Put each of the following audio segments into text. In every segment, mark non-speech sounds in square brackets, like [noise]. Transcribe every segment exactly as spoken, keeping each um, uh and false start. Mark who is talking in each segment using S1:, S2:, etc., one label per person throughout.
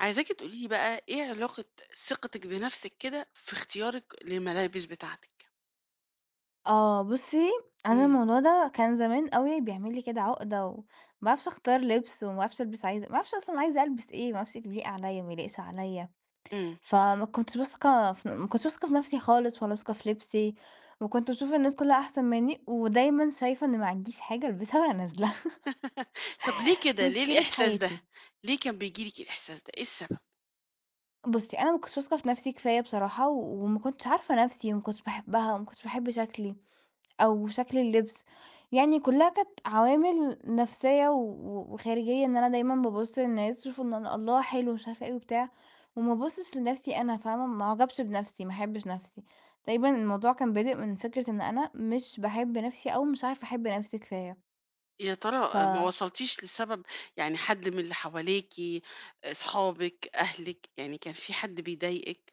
S1: عايزاكِ تقولي لي بقى إيه علاقة ثقتِك بنفسِك كده في اختيارِك للملابس بتاعتِك؟
S2: آه بُصّي، أنا
S1: إمم،
S2: الموضوع ده كان زمان أوي بيعمل لي كده عقدة وما باعرفش أختار لبس وما باعرفش ألبس عايزة ما اعرفش أصلًا عايزة ألبس إيه، ما اعرفش يليق عليّا ما يليقش عليّا،
S1: إمم.
S2: فما كنتش واثقة في ما كنتش واثقة في نفسي خالص ولا واثقة في لبسي، وكنت باشوف الناس كلها أحسن مني ودايمًا شايفة إن ما عنديش حاجة ألبسها وأنا نازلة.
S1: [laughs] طب ليه
S2: [laughs]
S1: كده، ليه
S2: مشكلة
S1: الإحساس ده؟
S2: حياتي.
S1: ليه كان بييجي لِك الإحساس ده، إيه السبب؟
S2: بُصّي، أنا ما كنتش واثقة في نفسي كفاية بصراحة، و- وما كنتش عارفة نفسي وما كنتش باحبها وما كنتش باحب شكلي. أو شكل اللبس، يعني كلّها كانت عوامل نفسية و وخارجية إن أنا دايمًا بابُص للناس يشوفوا إن أنا الله حلو مش عارفة إيه وبتاع، وما ابُصّش لنفسي أنا فاهمة، ما اعجبش بنفسي، ما احبش نفسي، تقريبًا الموضوع كان بادئ من فكرة إن أنا مش باحب نفسي أو مش عارفة أحب نفسي كفاية،
S1: يا
S2: ف
S1: ترى ما وصلتيش لسبب، يعني حد من اللي حواليكِ، أصحابِك، أهلِك، يعني كان في حد بيضايقِك،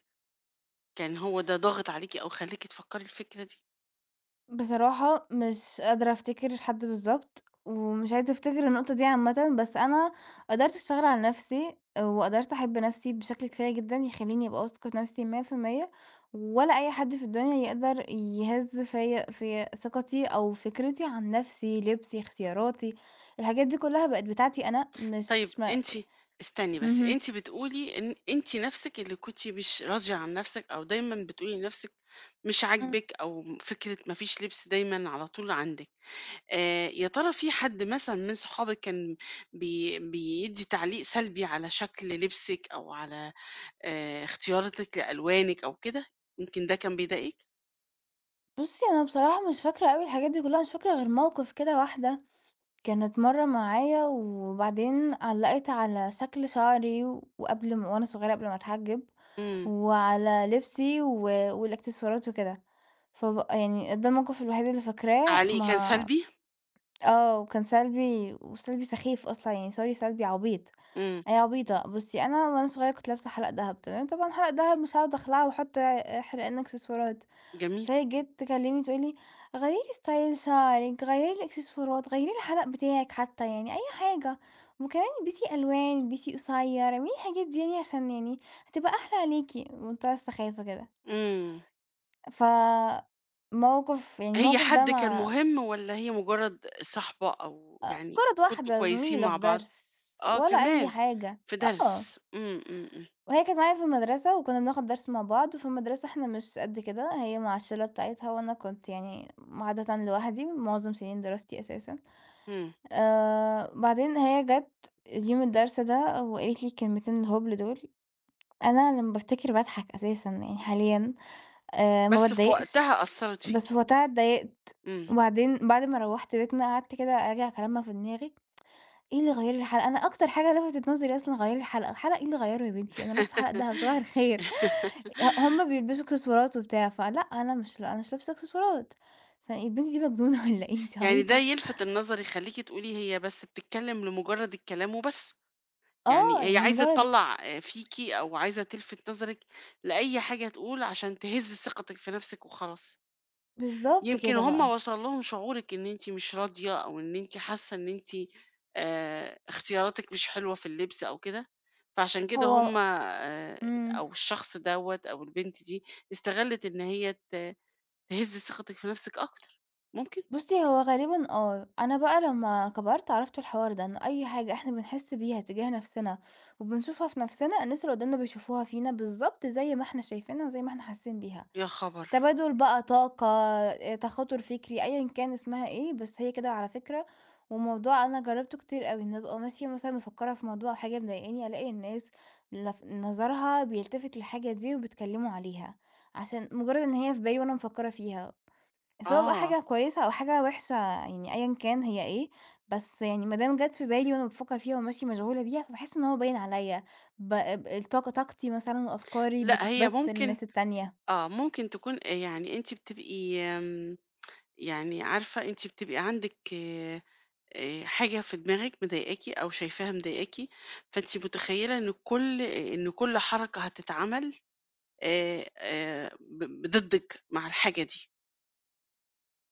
S1: كان هو ده ضاغط عليكِ أو خلّاكِ تفكّري الفكرة دي؟
S2: بصراحة مش قادرة أفتكر حد بالضبط، ومش عايزة أفتكر النقطة دي عامةً، بس أنا قدرت أشتغل على نفسي، وقدرت أحب نفسي بشكل كفاية جدًا يخلّيني أبقى واثقة في نفسي مئة في المئة ولا أي حد في الدنيا يقدر يهِز فيَّ في ثقتي أو فكرتي عن نفسي، لبسي، اختياراتي، الحاجات دي كلها بقت بتاعتي أنا
S1: طيب
S2: مش ما
S1: أنتِ استني بس،
S2: اهم.
S1: أنتِ بتقولي إن أنتِ نَفْسِك اللي كنتِ مش راضية عن نَفْسِك أو دايمًا بتقولي لنَفْسِك مش
S2: إمم،
S1: عاجبِك أو فكرة ما فيش لبس دايمًا على طول عندِك. آآ يا ترى في حد مثلًا من صحابِك كان بي بيدّي تعليق سلبي على شكل لبسِك أو على آآ اختياراتِك لألوانِك أو كده؟ يمكن ده كان بيضايقِك؟
S2: بُصّي أنا بصراحة مش فاكرة أوي الحاجات دي كلها، مش فاكرة غير موقف كده واحدة كانت مرة معايا وبعدين علّقِت على شكل شعري وقبل ما وأنا صغيرة قبل ما أتحجّب،
S1: إمم.
S2: وعلى لبسي و والإكسسوارات وكده، فب يعني ده الموقف الوحيد اللي فاكراه
S1: تعليق كان
S2: ما
S1: سلبي؟
S2: آه، وكان سلبي وسلبي سخيف أصلًا يعني sorry سلبي عبيط،
S1: إمم.
S2: أنا عبيطة بُصّي أنا وأنا صغيرة كنت لابسة حلق دهب تمام، طبعًا حلق دهب مش هاقعد أخلعه وأحط حرقان إكسسوارات.
S1: جميل.
S2: فهي جيت تكلمني تقول لي: «غيّري ستايل شعرِك، غيّري الإكسسوارات، غيّري الحَلَق بتاعِك حتى يعني أي حاجة، وكمان البسي ألوان، البسي قصيّر، اعملي الحاجات دي يعني عشان يعني هتبقى أحلى عليكِ.» بمنتهى السخافة كده.
S1: إمم.
S2: ف موقف يعني
S1: هي
S2: الموقف ده
S1: حد كان
S2: ما
S1: مهم والّا هي مجرد صاحبة أو يعني
S2: مجرّد
S1: كنتم
S2: واحدة
S1: كويسين
S2: زميلة
S1: مع
S2: في
S1: بعض؟
S2: درس
S1: آه
S2: ولا أي
S1: كمان،
S2: حاجة.
S1: في
S2: آه.
S1: درس، إمم، إمم، إمم،
S2: وهي كانت معايا في المدرسة وكُنّا بناخد درس مع بعض، وفي المدرسة إحنا مش قد كده، هي مع الشِلّة بتاعتها وأنا كنت يعني عادةً لوحدي معظم سنين دراستي أساسًا.
S1: إمم،
S2: آآ، بعدين هي جات اليوم الدرس ده وقالت لي الكلمتين الهبل دول، أنا لمّا بافتكر باضحك أساسًا يعني حاليًا، آآ، ما
S1: بس في
S2: باتضايقش،
S1: وقتها أثّرت
S2: بس
S1: فيكِ،
S2: وقتها اتضايقت،
S1: إمم.
S2: وبعدين بعد ما روّحت بيتنا قعدت كده أراجع كلامها في دماغي، إيه اللي غيّر لي الحلقة؟ أنا أكتر حاجة لفتت نظري أصلًا غيّر الحلقة، الحلقة إيه اللي غيّره يا بنتي؟ أنا لابسة حلقة دهب صباح الخير، [laughs] ه
S1: [laughs]
S2: هُم بيلبسوا إكسسوارات وبتاع، فلأ أنا مش أنا مش لابسة إكسسوارات، فالبنت دي مجنونة [laughs] والّا إيه؟ أنتِ
S1: يعني ده
S2: عبيطة؟
S1: يلفت النظر يخلّيكِ تقولي هي بس بتتكلم لمجرد الكلام وبس، يعني
S2: آه،
S1: هي
S2: يعني
S1: عايزة
S2: مجرد
S1: تطلّع آآ فيكِ أو عايزة تلفت نظرِك لأي حاجة تقول عشان تهز ثقتِك في نفسِك وخلاص.
S2: بالضبط
S1: يمكن
S2: كده
S1: هم
S2: بقى.
S1: وصل لهم شعورِك إن أنتِ مش راضية أو إن أنتِ حاسة إن أنتِ آآ اختياراتِك مش حلوة في اللبس أو كده، فعشان كده هم
S2: هو
S1: آآ
S2: إمم.
S1: أو الشخص دوّة أو البنت دي استغلِّت إن هي ت تهز ثقتِك في نفسِك أكتر، ممكن؟
S2: بُصّي، هو غالبًا آه. أنا بقى لمّا كبرت عرفت الحوار ده، إن أي حاجة إحنا بنحس بيها تجاه نفسنا وبنشوفها في نفسنا، الناس اللي قدامنا بيشوفوها فينا بالضبط زي ما إحنا شايفينها وزي ما إحنا حاسين بيها.
S1: يا خبر!
S2: تبادل بقى طاقة، آآ، تخاطُر فكري، أيًا كان اسمها إيه، بس هي كده على فكرة، وموضوع أنا جرّبته كتير أوي، إن أبقى ماشية مثلًا مفكّرة في موضوع أو حاجة مضايقاني، ألاقي الناس لف نظرها بيلتفت للحاجة دي وبيتكلّموا عليها، عشان مجرّد إن هي في بالي وأنا مفكّرة فيها، سواء بقى
S1: آه،
S2: حاجة كويسة أو حاجة وِحشة يعني أيًا كان هي إيه، بس يعني ما دام جات في بالي وأنا بافكّر فيها وماشية مشغولة بيها، فباحس إن هو باين عليَّ، ب ب الطاقة طاقتي مثلًا وأفكاري
S1: لأ هي
S2: بتتبث
S1: ممكن
S2: للناس التانية،
S1: آه، ممكن تكون آه، يعني أنتِ بتبقي آمم، يعني عارفة أنتِ بتبقي عندِك آآ حاجة في دماغِك مضايقاكِ أو شايفاها مضايقاكِ، فأنتِ متخيلة إن كل إن كل حركة هتتعمل آآ آآ ب ضدِّك مع الحاجة دي.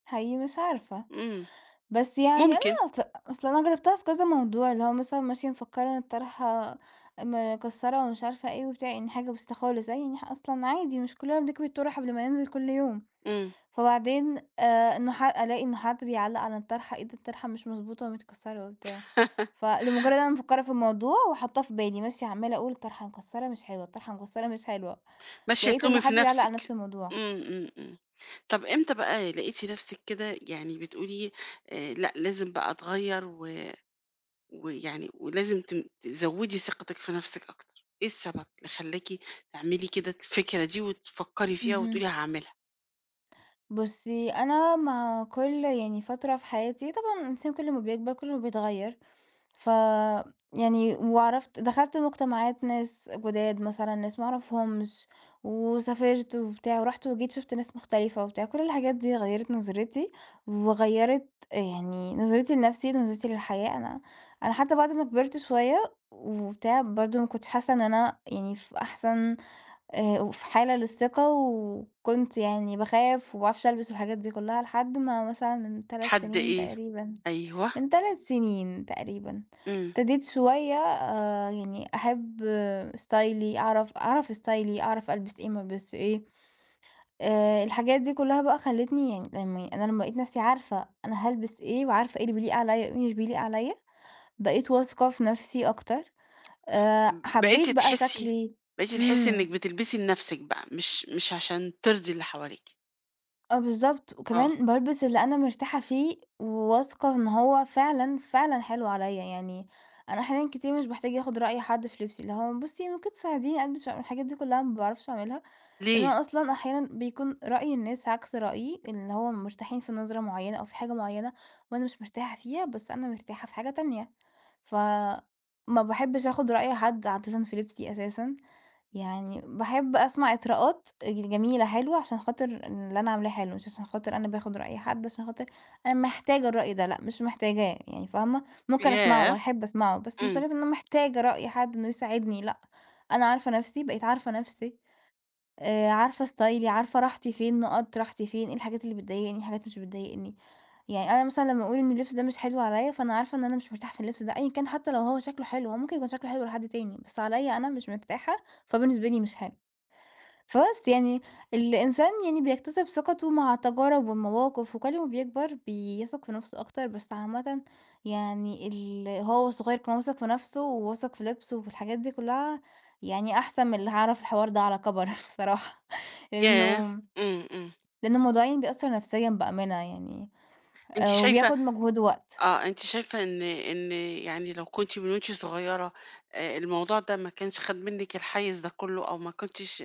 S2: حقيقي مش عارفة.
S1: إمم،
S2: بس يعني أنا
S1: ممكن،
S2: أصل أصل أنا جرّبتها في كذا موضوع، اللي هو مثلًا ماشية مفكّرة إن الطرحة مكسّرة ومش عارفة إيه وبتاع، يعني حاجة بسيطة خالص، يعني ح أصلًا عادي مش كلّنا بنكوي الطُرح قبل ما ننزل كل يوم،
S1: إمم.
S2: فبعدين آآ إنه ح ألاقي إن حد بيعلّق على الطرحة، إيه ده الطرحة مش مضبوطة ومتكسّرة وبتاع،
S1: [laughs]
S2: فلمجرّد أنا مفكّرة في الموضوع وحاطاه في بالي، ماشية عمّالة أقول الطرحة مكسّرة مش حلوة، الطرحة مكسّرة مش حلوة،
S1: ماشية
S2: لقيت إن
S1: تلومي في
S2: حد بيعلّق على نفس
S1: نفسِك.
S2: الموضوع.
S1: إمم، إمم، إمم. طَب إمتى بقى لقيتِ نفسِك كده يعني بتقولي آآ لأ، لازم بقى أتغيّر و ويعني ولازم تم تزوّدي ثقتِك في نفسِك أكتر؟ إيه السبب اللي خلّاكِ تعملي كده الفكرة دي وتفكّري فيها وتقولي
S2: اهم.
S1: هاعملها؟
S2: بُصّي، أنا مع كل يعني فترة في حياتي طبعًا الإنسان كل ما بيكبر كل ما بيتغيّر، ف يعني وعرفت دخلت مجتمعات ناس جداد مثلًا، ناس ما أعرفهمش، وسافرت وبتاع ورُحت وجيت شُفت ناس مختلفة وبتاع، كل الحاجات دي غيّرت نظرتي، وغيّرت يعني نظرتي لنفسي، نظرتي للحياة، أنا أنا حتى بعد ما كبرت شوية وبتاع برضه ما كنتش حاسة إن أنا يعني في أحسن آآ وفي حالة للثقة وكنت يعني باخاف وما باعرفش ألبس والحاجات دي كلّها، لحد ما مثلًا من ثلاث
S1: حد
S2: سنين
S1: إيه؟
S2: تقريبًا
S1: أيوه،
S2: من ثلاث سنين تقريبًا
S1: إمم.
S2: ابتديت شوية آآ يعني أحب آه، ستايلي، أعرف أعرف ستايلي، أعرف ألبس إيه، ما ألبسش إيه، آآ الحاجات دي كلّها بقى خلّتني يعني لمّا أنا لمّا لقيت نفسي عارفة أنا هالبس إيه وعارفة إيه اللي بيليق عليَّ وإيه اللي مش بيليق عليَّ، بقيت واثقة في نفسي أكتر، آآ
S1: بقيتِ
S2: حبيت بقى
S1: تحسّي
S2: شكلي.
S1: بقيتِ تحسّي إنِّك
S2: إمم.
S1: بتلبسي لنَفْسِك بقى، مش مش عشان ترضي اللي حواليكِ.
S2: آه بالضبط،
S1: آه،
S2: وكمان بالبس اللي أنا مرتاحة فيه وواثقة إن هو فعلًا، فعلًا حلو عليّا، يعني أنا أحيانًا كتير مش باحتاج آخُد رأي حد في لبسي، اللي هو بُصّي ممكن تساعديني ألبس الحاجات دي كلّها ما باعرفش أعملها، لإن
S1: ليه؟
S2: أنا أصلًا أحيانًا بيكون رأي الناس عكس رأيي، اللي هو مرتاحين في نظرة معيّنة أو في حاجة معيّنة وأنا مش مرتاحة فيها، بس أنا مرتاحة في حاجة تانية، ف ما باحبّش آخُد رأي حد عادةً في لبسي أساسًا. يعني باحب أسمع إطراءات ج جميلة حلوة عشان خاطر اللي أنا عاملاه حلو، مش عشان خاطر أنا باخد رأي حد، عشان خاطر أنا محتاجة الرأي ده، لأ مش محتاجاه يعني فاهمة، ممكن أسمعه
S1: ياه!
S2: وأحب أسمعه، بس مش
S1: إمم،
S2: لدرجة إن أنا محتاجة رأي حد إنه يساعدني لأ، أنا عارفة نفسي، بقيت عارفة نفسي، آآ، عارفة ستايلي، عارفة راحتي فين، نقاط راحتي فين، إيه الحاجات اللي بتضايقني، إيه الحاجات مش بتضايقني، يعني أنا مثلًا لمّا أقول إن اللبس ده مش حلو عليَّ، فأنا عارفة إن أنا مش مرتاحة في اللبس ده أيًا كان حتى لو هو شكله حلو، هو ممكن يكون شكله حلو لحد تاني، بس عليَّ أنا مش مرتاحة، فبالنسبة لي مش حلو. فبس يعني الإنسان يعني بيكتسب ثقته مع التجارب والمواقف، وكل ما بيكبر بيثق في نفسه أكتر، بس عامةً يعني ال هو صغير كان واثق في نفسه وواثق في لبسه وفي الحاجات دي كلها، يعني أحسن من اللي هيعرف الحوار ده على كبر [laughs] بصراحة،
S1: ياه!
S2: لإنه
S1: إمم، إمم.
S2: لإن الموضوع يعني بيأثر نفسيًا بأمانة يعني،
S1: أنتِ
S2: آآ
S1: شايفة
S2: وبياخد مجهود ووقت.
S1: آه، أنتِ شايفة إن إن يعني لو كنتِ من وأنتِ صغيرة آآ الموضوع ده ما كانش خَد منِّك الحيّز ده كُلّه أو ما كنتيش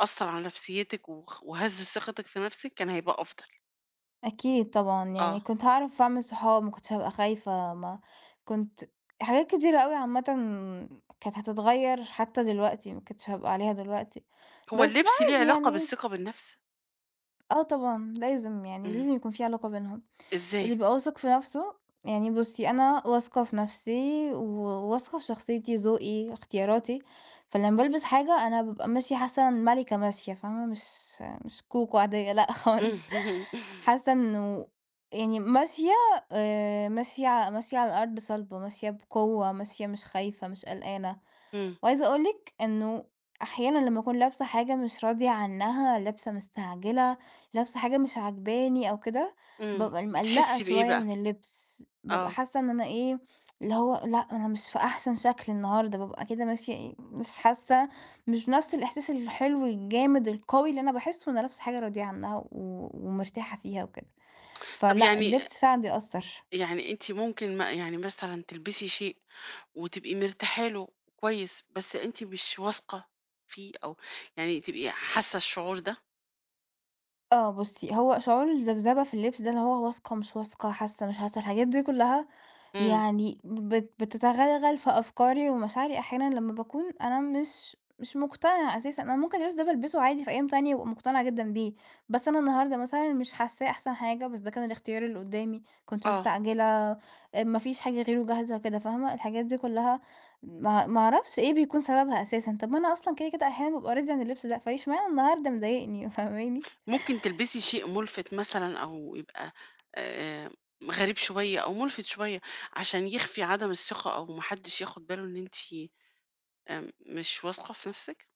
S1: أثّر على نفسيّتِك وخ وهز ثقتِك في نَفْسِك كان هيبقى أفضل.
S2: أكيد طبعًا، يعني
S1: آه.
S2: كنت هاعرف أعمل صحاب، ما كنتش هابقى خايفة، ما كنت حاجات كتيرة أوي عامةً كانت هتتغيّر حتى دلوقتي، ما كنتش هابقى عليها دلوقتي،
S1: هو
S2: بس
S1: اللبس ليه
S2: عادي
S1: علاقة
S2: يعني
S1: بالثقة بالنَفْس؟
S2: آه طبعًا لازم يعني
S1: إمم.
S2: لازم يكون في علاقة بينهم.
S1: إزاي؟
S2: اللي بيبقى واثق في نفسه يعني بُصّي، أنا واثقة في نفسي وواثقة في شخصيتي، ذوقي، اختياراتي، فلمّا بالبس حاجة أنا بابقى ماشية حاسة إن مَلِكة ماشية فاهمة، مش مش كوكو عادية لأ [laughs] خالص،
S1: [laughs]
S2: حاسة إنه يعني ماشية آآ، ماشية ماشية على الأرض صلبة، ماشية بقوة، ماشية مش خايفة، مش قلقانة،
S1: إمم،
S2: وعايزة أقول لِك إنه أحيانًا لمّا أكون لابسة حاجة مش راضية عنها، لابسة مستعجلة، لابسة حاجة مش عاجباني أو كده
S1: إمم،
S2: بابقى مقلّقة
S1: بتحسّي بإيه
S2: شوية
S1: بقى؟
S2: من اللبس، بابقى
S1: آه،
S2: حاسة إن أنا إيه، اللي هو لأ أنا مش في أحسن شكل النهارده، بابقى كده ماشية إيه، مش حاسة مش بنفس الإحساس الحلو الجامد القوي اللي أنا باحسه وأنا لابسة حاجة راضية عنها و ومرتاحة فيها وكده،
S1: طب
S2: فلأ
S1: يعني
S2: اللبس فعلًا بيأثّر.
S1: يعني أنتِ ممكن ما يعني مثلًا تلبسي شيء وتبقي مرتاحة له كويس، بس أنتِ مش واثقة فيه أو يعني تبقي حاسة الشعور ده؟
S2: آه بُصّي، هو شعور الذبذبة في اللبس ده اللي هو واثقة مش واثقة، حاسة مش حاسة، الحاجات دي كلّها
S1: إمم،
S2: يعني بت بتتغلغل في أفكاري ومشاعري أحيانًا لمّا باكون أنا مش مش مقتنعة أساسًا، أنا ممكن اللبس ده بالبسه عادي في أيام تانية وأبقى مقتنعة جدًا بيه، بس أنا النهارده مثلًا مش حاساه أحسن حاجة، بس ده كان الاختيار اللي قدامي، كنت
S1: آه،
S2: مستعجلة، آآ، ما فيش حاجة غيره جاهزة كده فاهمة؟ الحاجات دي كلها ما ما أعرفش إيه بيكون سببها أساسًا، طب ما أنا أصلًا كده كده أحيانًا بابقى راضية عن اللبس ده، فاشمعنى النهارده مضايقني [laughs] فاهماني؟
S1: ممكن تلبسي شيء مُلفِت مثلًا أو يبقى آآ غريب شوية أو مُلفِت شوية عشان يخفي عدم الثقة أو ما حدش ياخد باله إن أنتِ آآ مش واثقة في نَفْسِك؟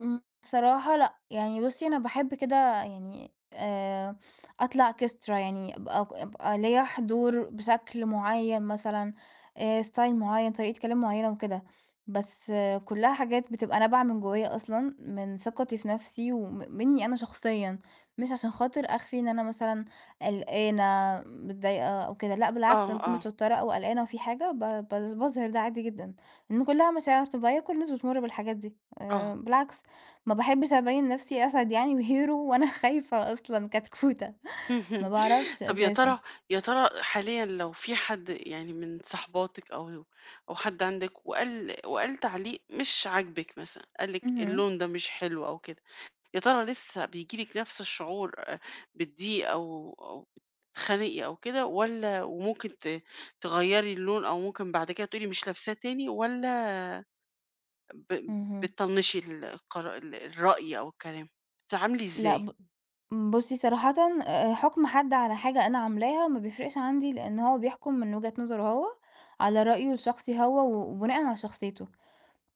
S2: إمم، بصراحة لأ، يعني بُصّي أنا باحب كده يعني آآ، أطلع orchestra يعني أبقى أبقى ليّا حضور بشكل معيّن مثلًا آآ، style معيّن، طريقة كلام معيّنة وكده، بس آه، كلّها حاجات بتبقى نابعة من جوّايا أصلًا، من ثقتي في نفسي وم منّي أنا شخصيًا، مش عشان خاطر أخفي إن أنا مثلًا قلقانة، متضايقة أو كده، لأ بالعكس
S1: آه،
S2: لمّا باكون
S1: آه،
S2: متوترة أو قلقانة وفي حاجة ب ب باظهر ده عادي جدًا، لإن كلّها مشاعر طبيعية، كل الناس بتمُر بالحاجات دي
S1: آه.
S2: آآ، بالعكس. ما باحبش أبيّن نفسي أسد يعني وhero وأنا [laughs] خايفة أصلًا كتكوتة، ما
S1: [laughs]
S2: باعرفش
S1: طب يا
S2: أساسًا.
S1: ترى يا ترى حاليًا لو في حد يعني من صاحباتِك أو أو حد عندِك وقال وقال تعليق مش عاجبِك مثلًا، قال لِك
S2: اهم،
S1: اللون ده مش حلو أو كده، يا ترى لسه بييجي لِك نفس الشعور آآ بالضيق أو أو بتتخنقي أو كده والّا وممكن ت تغيّري اللون أو ممكن بعد كده تقولي مش لابساه تاني والّا ب
S2: اهم.
S1: بتطنّشي ال القرا ال الرأي أو الكلام؟ بتتعاملي
S2: لأ
S1: إزاي؟
S2: ب بُصّي صراحةً آآ، حُكم حد على حاجة أنا عاملاها ما بيفرقش عندي، لإن هو بيحكم من وجهة نظره هو، على رأيه الشخصي هو، و- وبناءً على شخصيته.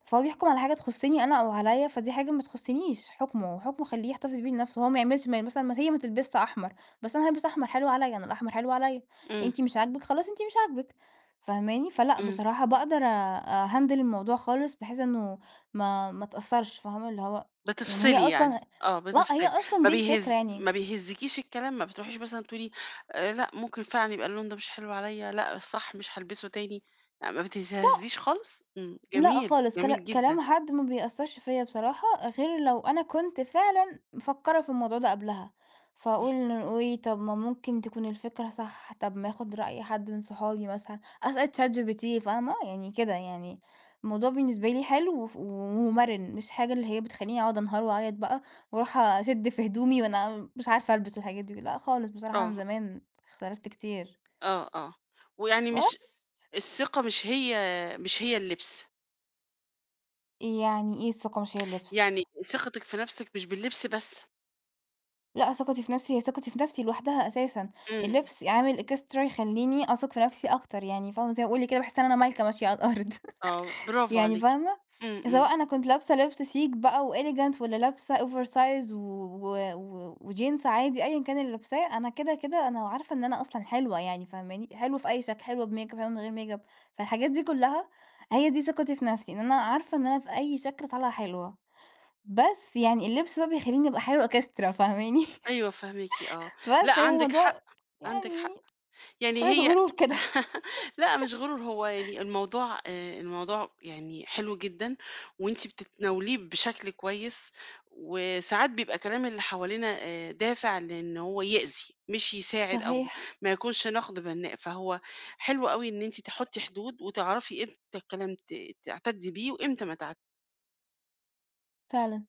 S2: فهو بيحكم على حاجة تخصني أنا أو عليَّ، فدي حاجة ما تخصنيش، حكمه، حكمه خلّيه يحتفظ بيه لنفسه، هو ما يعملش ما مثلًا ما هي ما تلبسش أحمر، بس أنا هالبس أحمر حلو عليَّ، أنا الأحمر حلو عليَّ،
S1: إمم،
S2: أنتِ مش عاجبِك خلاص أنتِ مش عاجبِك، فاهماني؟ فلأ
S1: إمم.
S2: بصراحة باقدر أ أhandle الموضوع خالص بحيث إنه ما ما اتأثرش، فاهمة؟ اللي هو يعني
S1: بتفصلي
S2: هي
S1: يعني،
S2: أصلًا
S1: آه
S2: لأ هي
S1: بتفصلي،
S2: أصلًا
S1: ما
S2: دي الفكرة
S1: بيهز
S2: يعني
S1: ما بيهزكيش الكلام، ما بتروحيش مثلًا تقولي آآ لأ ممكن فعلًا يبقى اللون ده مش حلو عليَّ، لأ الصح مش هالبسه تاني، لأ ما بتتهزيش خالص؟ إمم،
S2: لأ
S1: جميل،
S2: خالص،
S1: جميل
S2: كلا
S1: جدًا،
S2: كلام حد ما بيأثّرش فيّا بصراحة، غير لو أنا كنت فعلًا مفكّرة في الموضوع ده قبلها، فأقول إنه إيه، طَب ما ممكن تكون الفكرة صح، طَب ما آخُد رأي حد من صحابي مثلًا، أسأل ChatGPT فاهمة، يعني كده يعني الموضوع بالنسبة لي حلو وف ومَرِن، مش حاجة اللي هي بتخلّيني أقعد أنهار وأعيط بقى وأروح أشِد في هدومي وأنا مش عارفة ألبس والحاجات دي، لأ خالص بصراحة عن
S1: آه،
S2: زمان اختلفت كتير،
S1: آه، آه، ويعني مش
S2: بس
S1: الثقة مش هي مش هي اللبس،
S2: يعني إيه الثقة مش هي اللبس.
S1: يعني ثقتِك في نفسِك مش باللبس بس،
S2: لأ، ثقتي في نفسي هي ثقتي في نفسي لوحدها أساسًا،
S1: إمم،
S2: اللبس عامل إكسترا يخلّيني أثق في نفسي أكتر يعني فاهمة، زي ما باقول كده باحس إن أنا ملكة ماشية على الأرض.
S1: آه
S2: [laughs]
S1: برافو
S2: يعني
S1: عليكِ،
S2: فاهمة،
S1: إمم، إمم،
S2: سواء أنا كنت لابسة لبس شيك بقى وelegant والّا لابسة oversize و و و وجينز عادي أيًا كان اللي لابساه، أنا كده، كده أنا عارفة إن أنا أصلًا حلوة يعني فاهماني، حلوة في أي شكل، حلوة بmakeup حلوة من غير makeup. فالحاجات دي كلها هي دي ثقتي في نفسي، إن أنا عارفة إن أنا في أي شكل طالعة حلوة، بس يعني اللبس بقى بيخلّيني أبقى حلوة [laughs] إكسترا فاهماني.
S1: أيوه فاهماكِ آه، لأ
S2: بس هي
S1: عندِك حق،
S2: موضوع
S1: عندِك حق.
S2: يعني
S1: يعني
S2: شوية
S1: هي
S2: غرور كده. [laughs]
S1: [laughs] لأ مش غرور، هو يعني الموضوع آآ الموضوع يعني حلو جدًا وأنتِ بتتناوليه بشكل كويس، وساعات بيبقى كلام اللي حوالينا آآ دافع لإن هو يأذي، مش يساعد أو
S2: صحيح،
S1: ما يكونش نقد بناء، فهو حلو أوي إن أنتِ تحطّي حدود وتعرفي إمتى الكلام ت تعتدّي بيه وإمتى ما تعت
S2: فعلًا.